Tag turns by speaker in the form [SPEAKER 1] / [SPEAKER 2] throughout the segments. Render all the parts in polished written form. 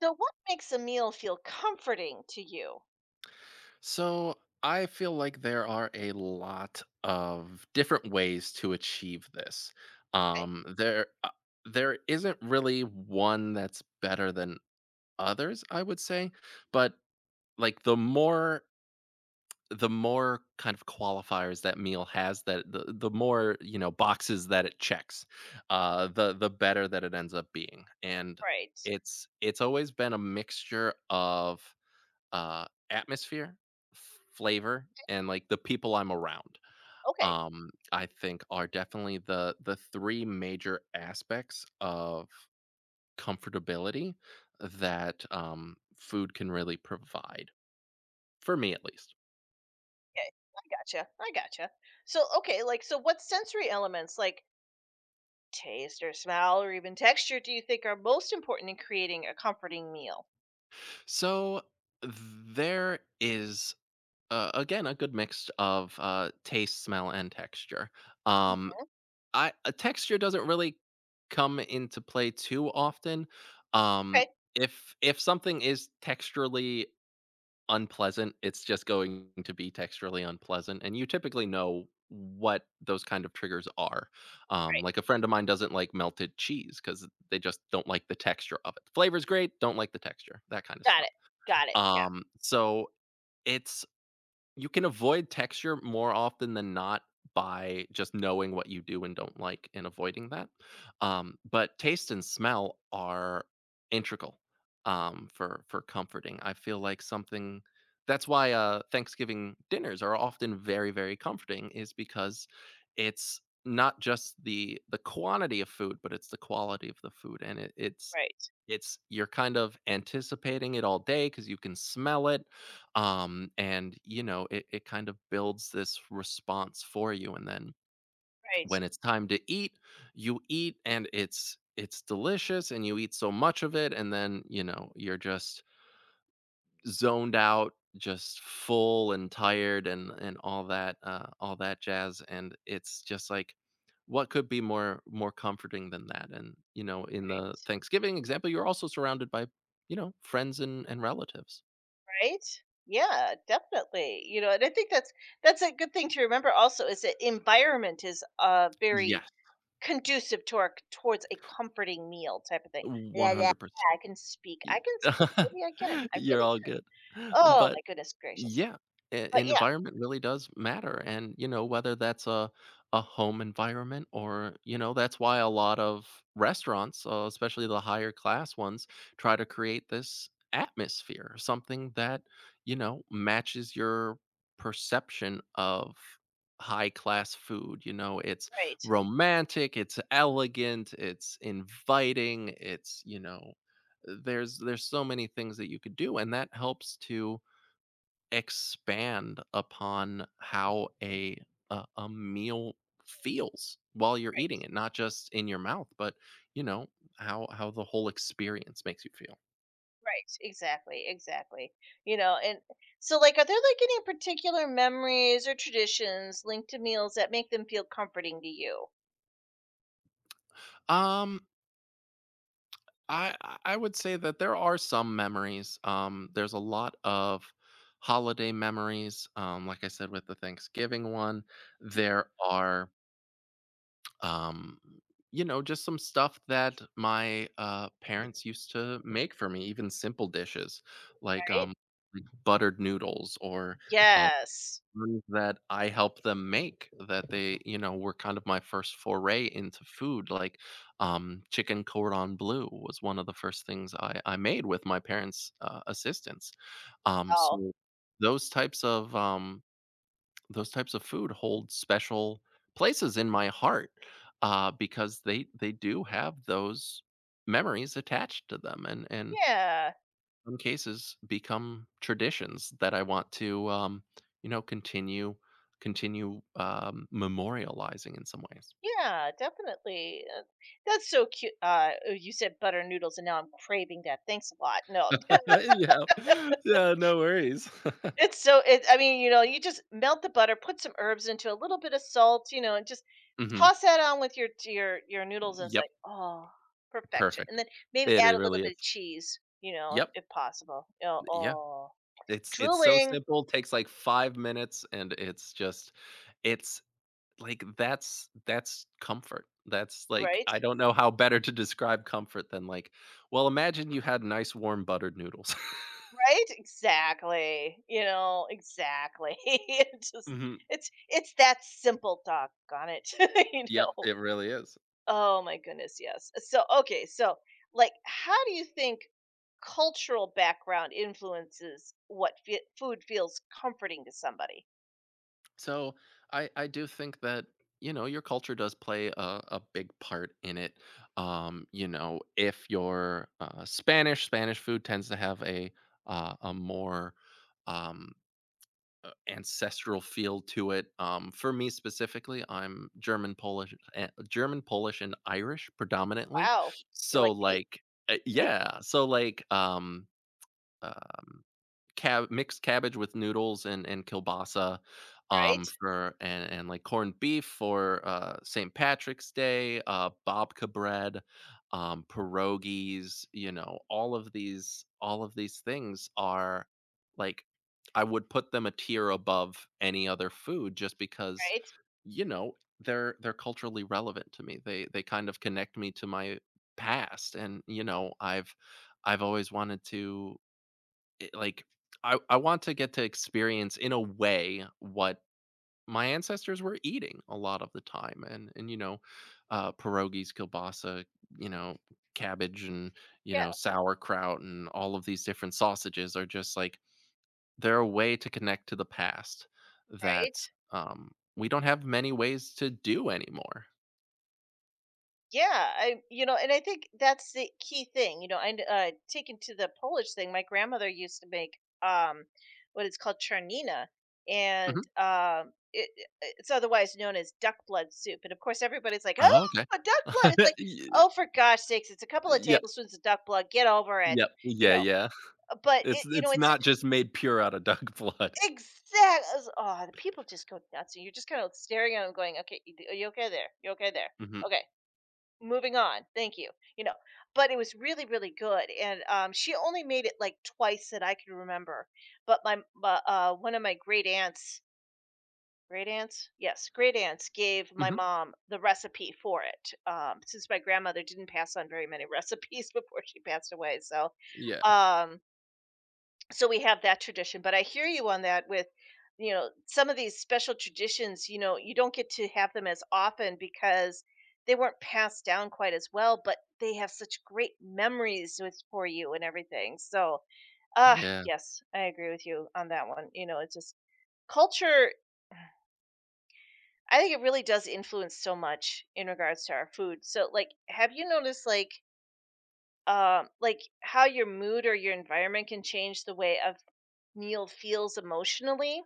[SPEAKER 1] So, what makes a meal feel comforting to you?
[SPEAKER 2] So I feel like there are a lot of different ways to achieve this.
[SPEAKER 1] Okay,
[SPEAKER 2] Um, there, uh, there isn't really one that's better than others, I would say. But like the more kind of qualifiers that meal has, that the more, boxes that it checks, the better that it ends up being. And
[SPEAKER 1] right.
[SPEAKER 2] it's always been a mixture of atmosphere, flavor, and like the people I'm around,
[SPEAKER 1] Okay,
[SPEAKER 2] I think, are definitely the three major aspects of comfortability that food can really provide for me, at least.
[SPEAKER 1] okay. I gotcha. I gotcha. So, okay, so what sensory elements, like taste or smell or even texture, do you think are most important in creating a comforting meal?
[SPEAKER 2] So there is. Again, a good mix of taste, smell, and texture. Um,
[SPEAKER 1] Mm.
[SPEAKER 2] I a texture doesn't really come into play too often. Um,
[SPEAKER 1] Okay,
[SPEAKER 2] if something is texturally unpleasant, it's just going to be texturally unpleasant, and you typically know what those kind of triggers are.
[SPEAKER 1] right.
[SPEAKER 2] Like a friend of mine doesn't like melted cheese because they just don't like the texture of it. Flavor's great, don't like the texture, that kind of
[SPEAKER 1] Got
[SPEAKER 2] stuff.
[SPEAKER 1] it. Got it. Yeah,
[SPEAKER 2] So it's you can avoid texture more often than not by just knowing what you do and don't like and avoiding that. But taste and smell are integral, for comforting. I feel like something That's why Thanksgiving dinners are often very very comforting, is because it's not just the quantity of food, but it's the quality of the food, and it,
[SPEAKER 1] right.
[SPEAKER 2] it's you're kind of anticipating it all day because you can smell it, and, it kind of builds this response for you, and then
[SPEAKER 1] Right,
[SPEAKER 2] when it's time to eat, you eat, and it's delicious, and you eat so much of it, and then, you know, you're just zoned out, just full and tired and all that jazz, and it's just like, what could be more comforting than that? And, in the Thanksgiving example, you're also surrounded by, friends and relatives.
[SPEAKER 1] right. Yeah, definitely. You know, and I think that's a good thing to remember. Also, is that environment is very
[SPEAKER 2] Yes,
[SPEAKER 1] conducive to tork towards a comforting meal type of thing. Yeah, yeah, yeah, I can
[SPEAKER 2] 100%.
[SPEAKER 1] speak. I
[SPEAKER 2] Y
[SPEAKER 1] can speak, really, I can. I
[SPEAKER 2] You're
[SPEAKER 1] really
[SPEAKER 2] all
[SPEAKER 1] can.
[SPEAKER 2] good.
[SPEAKER 1] Oh
[SPEAKER 2] But
[SPEAKER 1] my goodness gracious.
[SPEAKER 2] yeah, e
[SPEAKER 1] But yeah,
[SPEAKER 2] environment really does matter, and, whether that's a home environment, or, that's why a lot of restaurants, especially the higher class ones, try to create this atmosphere, something that, matches your perception of high class food. It's
[SPEAKER 1] right,
[SPEAKER 2] romantic, it's elegant, it's inviting, it's, there's so many things that you could do, and that helps to expand upon how a meal feels while you're eating
[SPEAKER 1] right,
[SPEAKER 2] it, not just in your mouth but you know how the whole experience makes you feel.
[SPEAKER 1] right. Exactly, exactly. You know, and so like are there like any particular memories or traditions linked to meals that make them feel comforting to you,
[SPEAKER 2] Um i i I would say that there are some memories. There's a lot of holiday memories. Like I said, with the Thanksgiving one, there are, um, just some stuff that my parents used to make for me, even simple dishes like
[SPEAKER 1] right?
[SPEAKER 2] buttered noodles, or um,
[SPEAKER 1] Yes.
[SPEAKER 2] ones that I helped them make, that they, were kind of my first foray into food. Like chicken cordon bleu was one of the first things I made with my parents' assistance. Um,
[SPEAKER 1] Oh,
[SPEAKER 2] so those types of, food hold special places in my heart, because they do have those memories attached to them, and
[SPEAKER 1] yeah.
[SPEAKER 2] in cases become traditions that I want to, you know, continue continue memorializing in some ways.
[SPEAKER 1] Yeah, definitely. That's so cute. Oh, you said butter noodles, and now I'm craving that. Thanks a lot. No,
[SPEAKER 2] Yeah, yeah, no worries.
[SPEAKER 1] it's so it I mean, you know, you just melt the butter, put some herbs into a little bit of salt, you know, and just
[SPEAKER 2] Hmm.
[SPEAKER 1] toss that on with your noodles, and it's like,
[SPEAKER 2] Yep,
[SPEAKER 1] "Oh, perfection." And
[SPEAKER 2] perfect.
[SPEAKER 1] then maybe
[SPEAKER 2] It
[SPEAKER 1] add
[SPEAKER 2] it
[SPEAKER 1] a little
[SPEAKER 2] really
[SPEAKER 1] bit
[SPEAKER 2] is.
[SPEAKER 1] of cheese, you know,
[SPEAKER 2] Yep,
[SPEAKER 1] if possible. You know,
[SPEAKER 2] yeah.
[SPEAKER 1] oh,
[SPEAKER 2] It's so
[SPEAKER 1] drooling,
[SPEAKER 2] simple. Takes like 5 minutes, and it's just it's like, that's comfort. That's, like,
[SPEAKER 1] right?
[SPEAKER 2] I don't know how better to describe comfort than, like, well, imagine you had nice warm buttered noodles.
[SPEAKER 1] Right? Exactly. You know, exactly. It just
[SPEAKER 2] Mhm.
[SPEAKER 1] it's that simple, doggone it, you
[SPEAKER 2] Yep,
[SPEAKER 1] know?
[SPEAKER 2] it really is.
[SPEAKER 1] Oh my goodness, yes. So, okay, so like, how do you think cultural background influences what fe- food feels comforting to somebody?
[SPEAKER 2] So, I do think that, your culture does play a big part in it. If you're, Spanish, Spanish food tends to have a more, um ancestral feel to it. For me specifically, I'm German, Polish, and Irish predominantly.
[SPEAKER 1] Wow, you're
[SPEAKER 2] So
[SPEAKER 1] like me,
[SPEAKER 2] like, yeah. So like, um, cab mixed cabbage with noodles and kielbasa,
[SPEAKER 1] right?
[SPEAKER 2] like, corned beef for, St. Patrick's Day, babka bread, pierogies, all of these things are, like, I would put them a tier above any other food, just because,
[SPEAKER 1] Right?
[SPEAKER 2] you know, they're culturally relevant to me. They kind of connect me to my past, and, I've always wanted to it, like I want to get to experience, in a way, what my ancestors were eating a lot of the time. And, pierogies, kielbasa, you know, cabbage, and
[SPEAKER 1] Yeah,
[SPEAKER 2] sauerkraut, and all of these different sausages are just like they're a way to connect to the past that,
[SPEAKER 1] right.
[SPEAKER 2] um, we don't have many ways to do anymore.
[SPEAKER 1] Yeah, I you know, and I think that's the key thing. You know, I taken to the Polish thing. My grandmother used to make what is called charnina, and
[SPEAKER 2] Mhm.
[SPEAKER 1] it's otherwise known as duck blood soup. And of course, everybody's like, "Oh,
[SPEAKER 2] Oh, okay.
[SPEAKER 1] duck blood!" It's like,
[SPEAKER 2] Y-
[SPEAKER 1] "Oh, for gosh sakes, it's a couple of
[SPEAKER 2] Yep,
[SPEAKER 1] tablespoons of duck blood. Get over it."
[SPEAKER 2] yep,
[SPEAKER 1] You
[SPEAKER 2] yeah,
[SPEAKER 1] know,
[SPEAKER 2] yeah.
[SPEAKER 1] but
[SPEAKER 2] It's
[SPEAKER 1] it, you know,
[SPEAKER 2] it's
[SPEAKER 1] it's
[SPEAKER 2] not just made pure out of duck blood.
[SPEAKER 1] exact. Oh, the people just go nuts, and you're just kind of staring at them, going, "Okay, you- are you okay there? You okay there?
[SPEAKER 2] Mhm.
[SPEAKER 1] Okay." Moving on, thank you, you know? But it was really, really good, and, she only made it, like, twice that I could remember, but my but, one of my great aunts great aunts? Yes, great aunts gave my mom the recipe for it, since my grandmother didn't pass on very many recipes before she passed away, so,
[SPEAKER 2] Yeah.
[SPEAKER 1] um so we have that tradition, but I hear you on that with, you know, some of these special traditions. You know, you don't get to have them as often because they weren't passed down quite as well, but they have such great memories with for you and everything. So, uh,
[SPEAKER 2] Yeah.
[SPEAKER 1] yes, I agree with you on that one. You know, it's just culture. I think it really does influence so much in regards to our food. So like, have you noticed like, um, like how your mood or your environment can change the way a meal feels emotionally?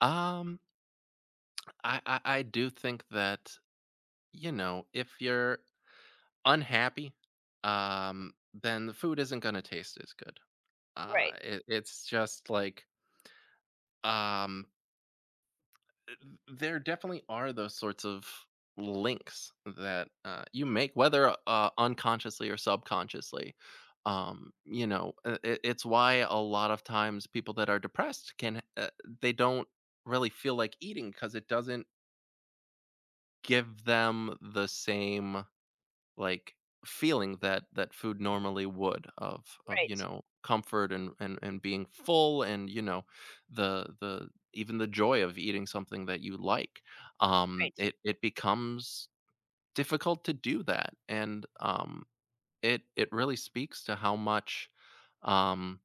[SPEAKER 2] Um, I do think that if you're unhappy, then the food isn't gonna taste as good. Uh,
[SPEAKER 1] Right.
[SPEAKER 2] it, it's just like, um, th- there definitely are those sorts of links that you make, whether unconsciously or subconsciously. It's why a lot of times people that are depressed can they don't really feel like eating, because it doesn't give them the same, like, feeling that food normally would, of,
[SPEAKER 1] Right,
[SPEAKER 2] comfort and being full, and, the even the joy of eating something that you like.
[SPEAKER 1] right.
[SPEAKER 2] It becomes difficult to do that. And, it really speaks to how much, um,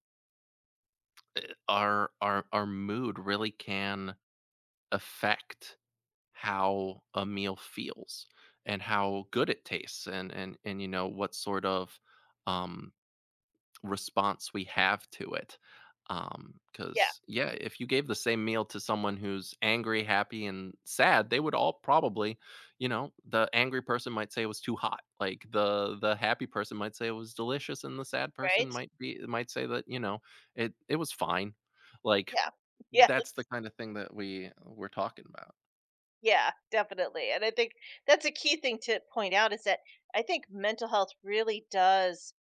[SPEAKER 2] our mood really can affect how a meal feels, and how good it tastes, and what sort of um response we have to it.
[SPEAKER 1] Yeah,
[SPEAKER 2] Cuz, yeah, if you gave the same meal to someone who's angry, happy, and sad, they would all probably, the angry person might say it was too hot. Like the happy person might say it was delicious, and the sad person
[SPEAKER 1] right?
[SPEAKER 2] might say that, it was fine. Like,
[SPEAKER 1] Yeah. Yeah,
[SPEAKER 2] that's the kind of thing that we're talking about.
[SPEAKER 1] yeah, definitely, and I think that's a key thing to point out, is that I think mental health really does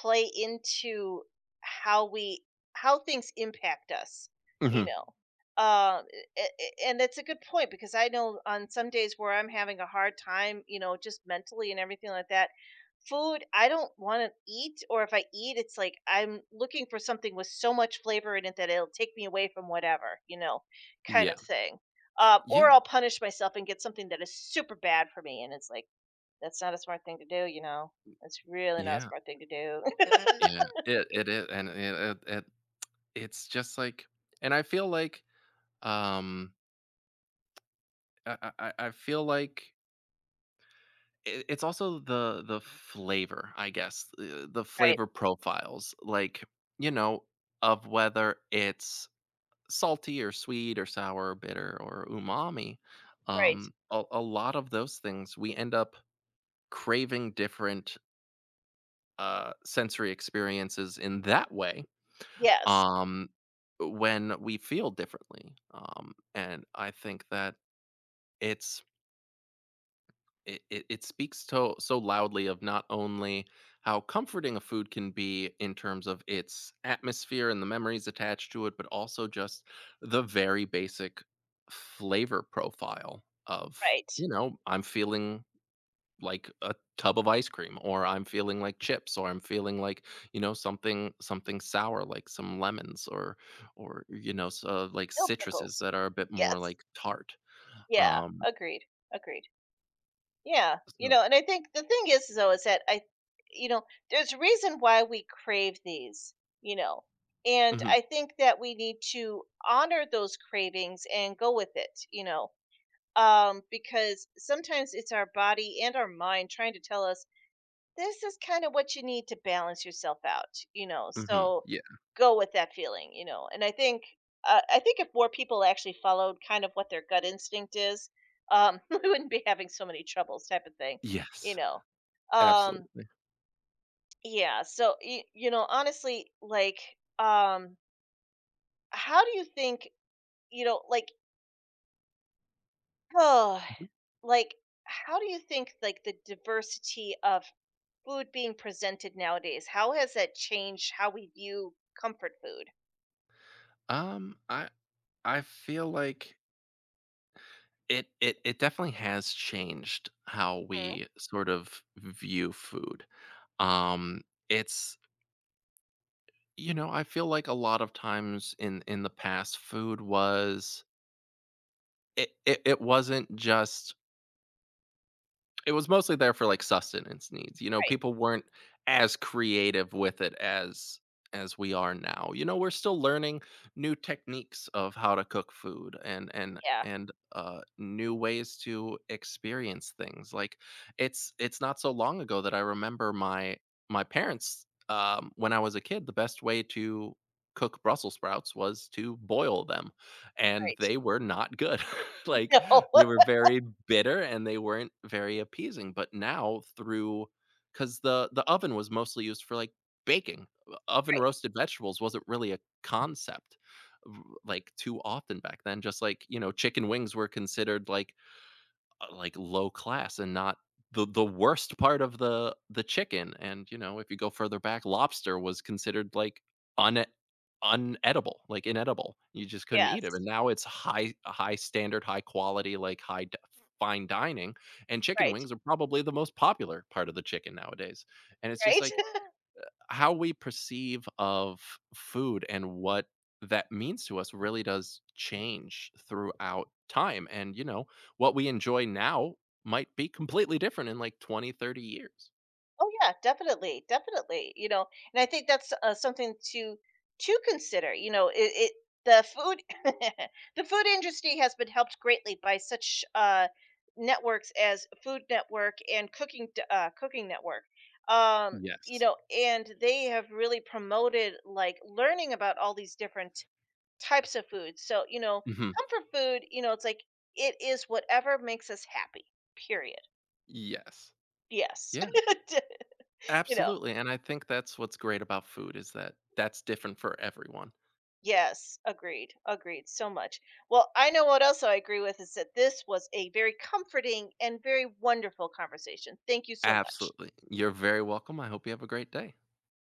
[SPEAKER 1] play into how we, how things impact us, you
[SPEAKER 2] Mhm.
[SPEAKER 1] know. Uh, and that's a good point because I know on some days where I'm having a hard time, you know, just mentally and everything like that, food I don't want to eat, or if I eat, it's like I'm looking for something with so much flavor in it that it'll take me away from whatever, you know, kind
[SPEAKER 2] Yeah.
[SPEAKER 1] of thing. Um,
[SPEAKER 2] Yeah.
[SPEAKER 1] or I'll punish myself and get something that is super bad for me, and it's like, that's not a smart thing to do, you know? That's really not a
[SPEAKER 2] Yeah,
[SPEAKER 1] smart thing to do.
[SPEAKER 2] yeah, it is, and it's just like. And I feel like, um, I feel like it's also the flavor, I guess, the
[SPEAKER 1] Right,
[SPEAKER 2] flavor profiles, like, you know, of whether it's salty or sweet or sour or bitter or umami,
[SPEAKER 1] right.
[SPEAKER 2] a lot of those things, we end up craving different, sensory experiences in that way,
[SPEAKER 1] Yes,
[SPEAKER 2] um, when we feel differently. And I think that it's it, it, it speaks to so loudly of not only how comforting a food can be in terms of its atmosphere and the memories attached to it, but also just the very basic flavor profile of,
[SPEAKER 1] right.
[SPEAKER 2] I'm feeling like a tub of ice cream, or I'm feeling like chips, or I'm feeling like, something sour, like some lemons, or, so like
[SPEAKER 1] No
[SPEAKER 2] citruses
[SPEAKER 1] pickles.
[SPEAKER 2] that are a bit more
[SPEAKER 1] Yes.
[SPEAKER 2] like tart.
[SPEAKER 1] Yeah,
[SPEAKER 2] um
[SPEAKER 1] agreed, agreed. Yeah, you
[SPEAKER 2] so
[SPEAKER 1] know, and I think the thing is, though, is that I, you know, there's a reason why we crave these, you know? And
[SPEAKER 2] mhm,
[SPEAKER 1] I think that we need to honor those cravings and go with it, you know? Because sometimes it's our body and our mind trying to tell us this is kind of what you need to balance yourself out, you know.
[SPEAKER 2] mhm,
[SPEAKER 1] So
[SPEAKER 2] yeah.
[SPEAKER 1] go with that feeling, you know. And I think if more people actually followed kind of what their gut instinct is, we wouldn't be having so many troubles, type of thing, you
[SPEAKER 2] Yes,
[SPEAKER 1] know. Um,
[SPEAKER 2] absolutely.
[SPEAKER 1] yeah. So you know, honestly, like, um, how do you think, you know, like, oh,
[SPEAKER 2] Mhm.
[SPEAKER 1] like, how do you think like the diversity of food being presented nowadays, how has that changed how we view comfort food?
[SPEAKER 2] um i I feel like it definitely has changed how
[SPEAKER 1] Mhm,
[SPEAKER 2] we sort of view food. Um it's You know, I feel like a lot of times in the past, food was, it wasn't just it was mostly there for, like, sustenance needs. You know,
[SPEAKER 1] right,
[SPEAKER 2] people weren't as creative with it as we are now. You know, we're still learning new techniques of how to cook food and and
[SPEAKER 1] yeah,
[SPEAKER 2] and, new ways to experience things. Like, it's not so long ago that I remember my parents, when I was a kid, the best way to cook Brussels sprouts was to boil them, and
[SPEAKER 1] right.
[SPEAKER 2] they were not good, like,
[SPEAKER 1] No,
[SPEAKER 2] they were very bitter, and they weren't very appeasing. But now, cause the oven was mostly used for, like, baking. O Oven roasted vegetables wasn't really a concept, r like, too often back then. Just like, chicken wings were considered, like, low class and not the worst part of the chicken. And if you go further back, lobster was considered like un unedible, like inedible. You just couldn't eat it.
[SPEAKER 1] yes,
[SPEAKER 2] And now it's high standard, high quality, like fine dining. And chicken
[SPEAKER 1] right,
[SPEAKER 2] wings are probably the most popular part of the chicken nowadays. And it's just
[SPEAKER 1] right.
[SPEAKER 2] like how we perceive of food and what that means to us really does change throughout time. And what we enjoy now might be completely different in like 20, 30 years.
[SPEAKER 1] Oh yeah, definitely, definitely, you know, and I think that's, something to consider, you know, it the food the food industry has been helped greatly by such, networks as Food Network and Cooking Network, um, you
[SPEAKER 2] Yes.
[SPEAKER 1] know, and they have really promoted, like, learning about all these different types of foods. So, you know,
[SPEAKER 2] Hmm.
[SPEAKER 1] comfort food, you know, it's like it is whatever makes us happy. Period.
[SPEAKER 2] Yes,
[SPEAKER 1] Yes.
[SPEAKER 2] yeah,
[SPEAKER 1] You know,
[SPEAKER 2] absolutely. And I think that's what's great about food is that that's different for everyone.
[SPEAKER 1] yes, agreed. Agreed so much. Well, I know what else I agree with is that this was a very comforting and very wonderful conversation. Thank you so much.
[SPEAKER 2] Absolutely, you're very welcome. I hope you have a great day.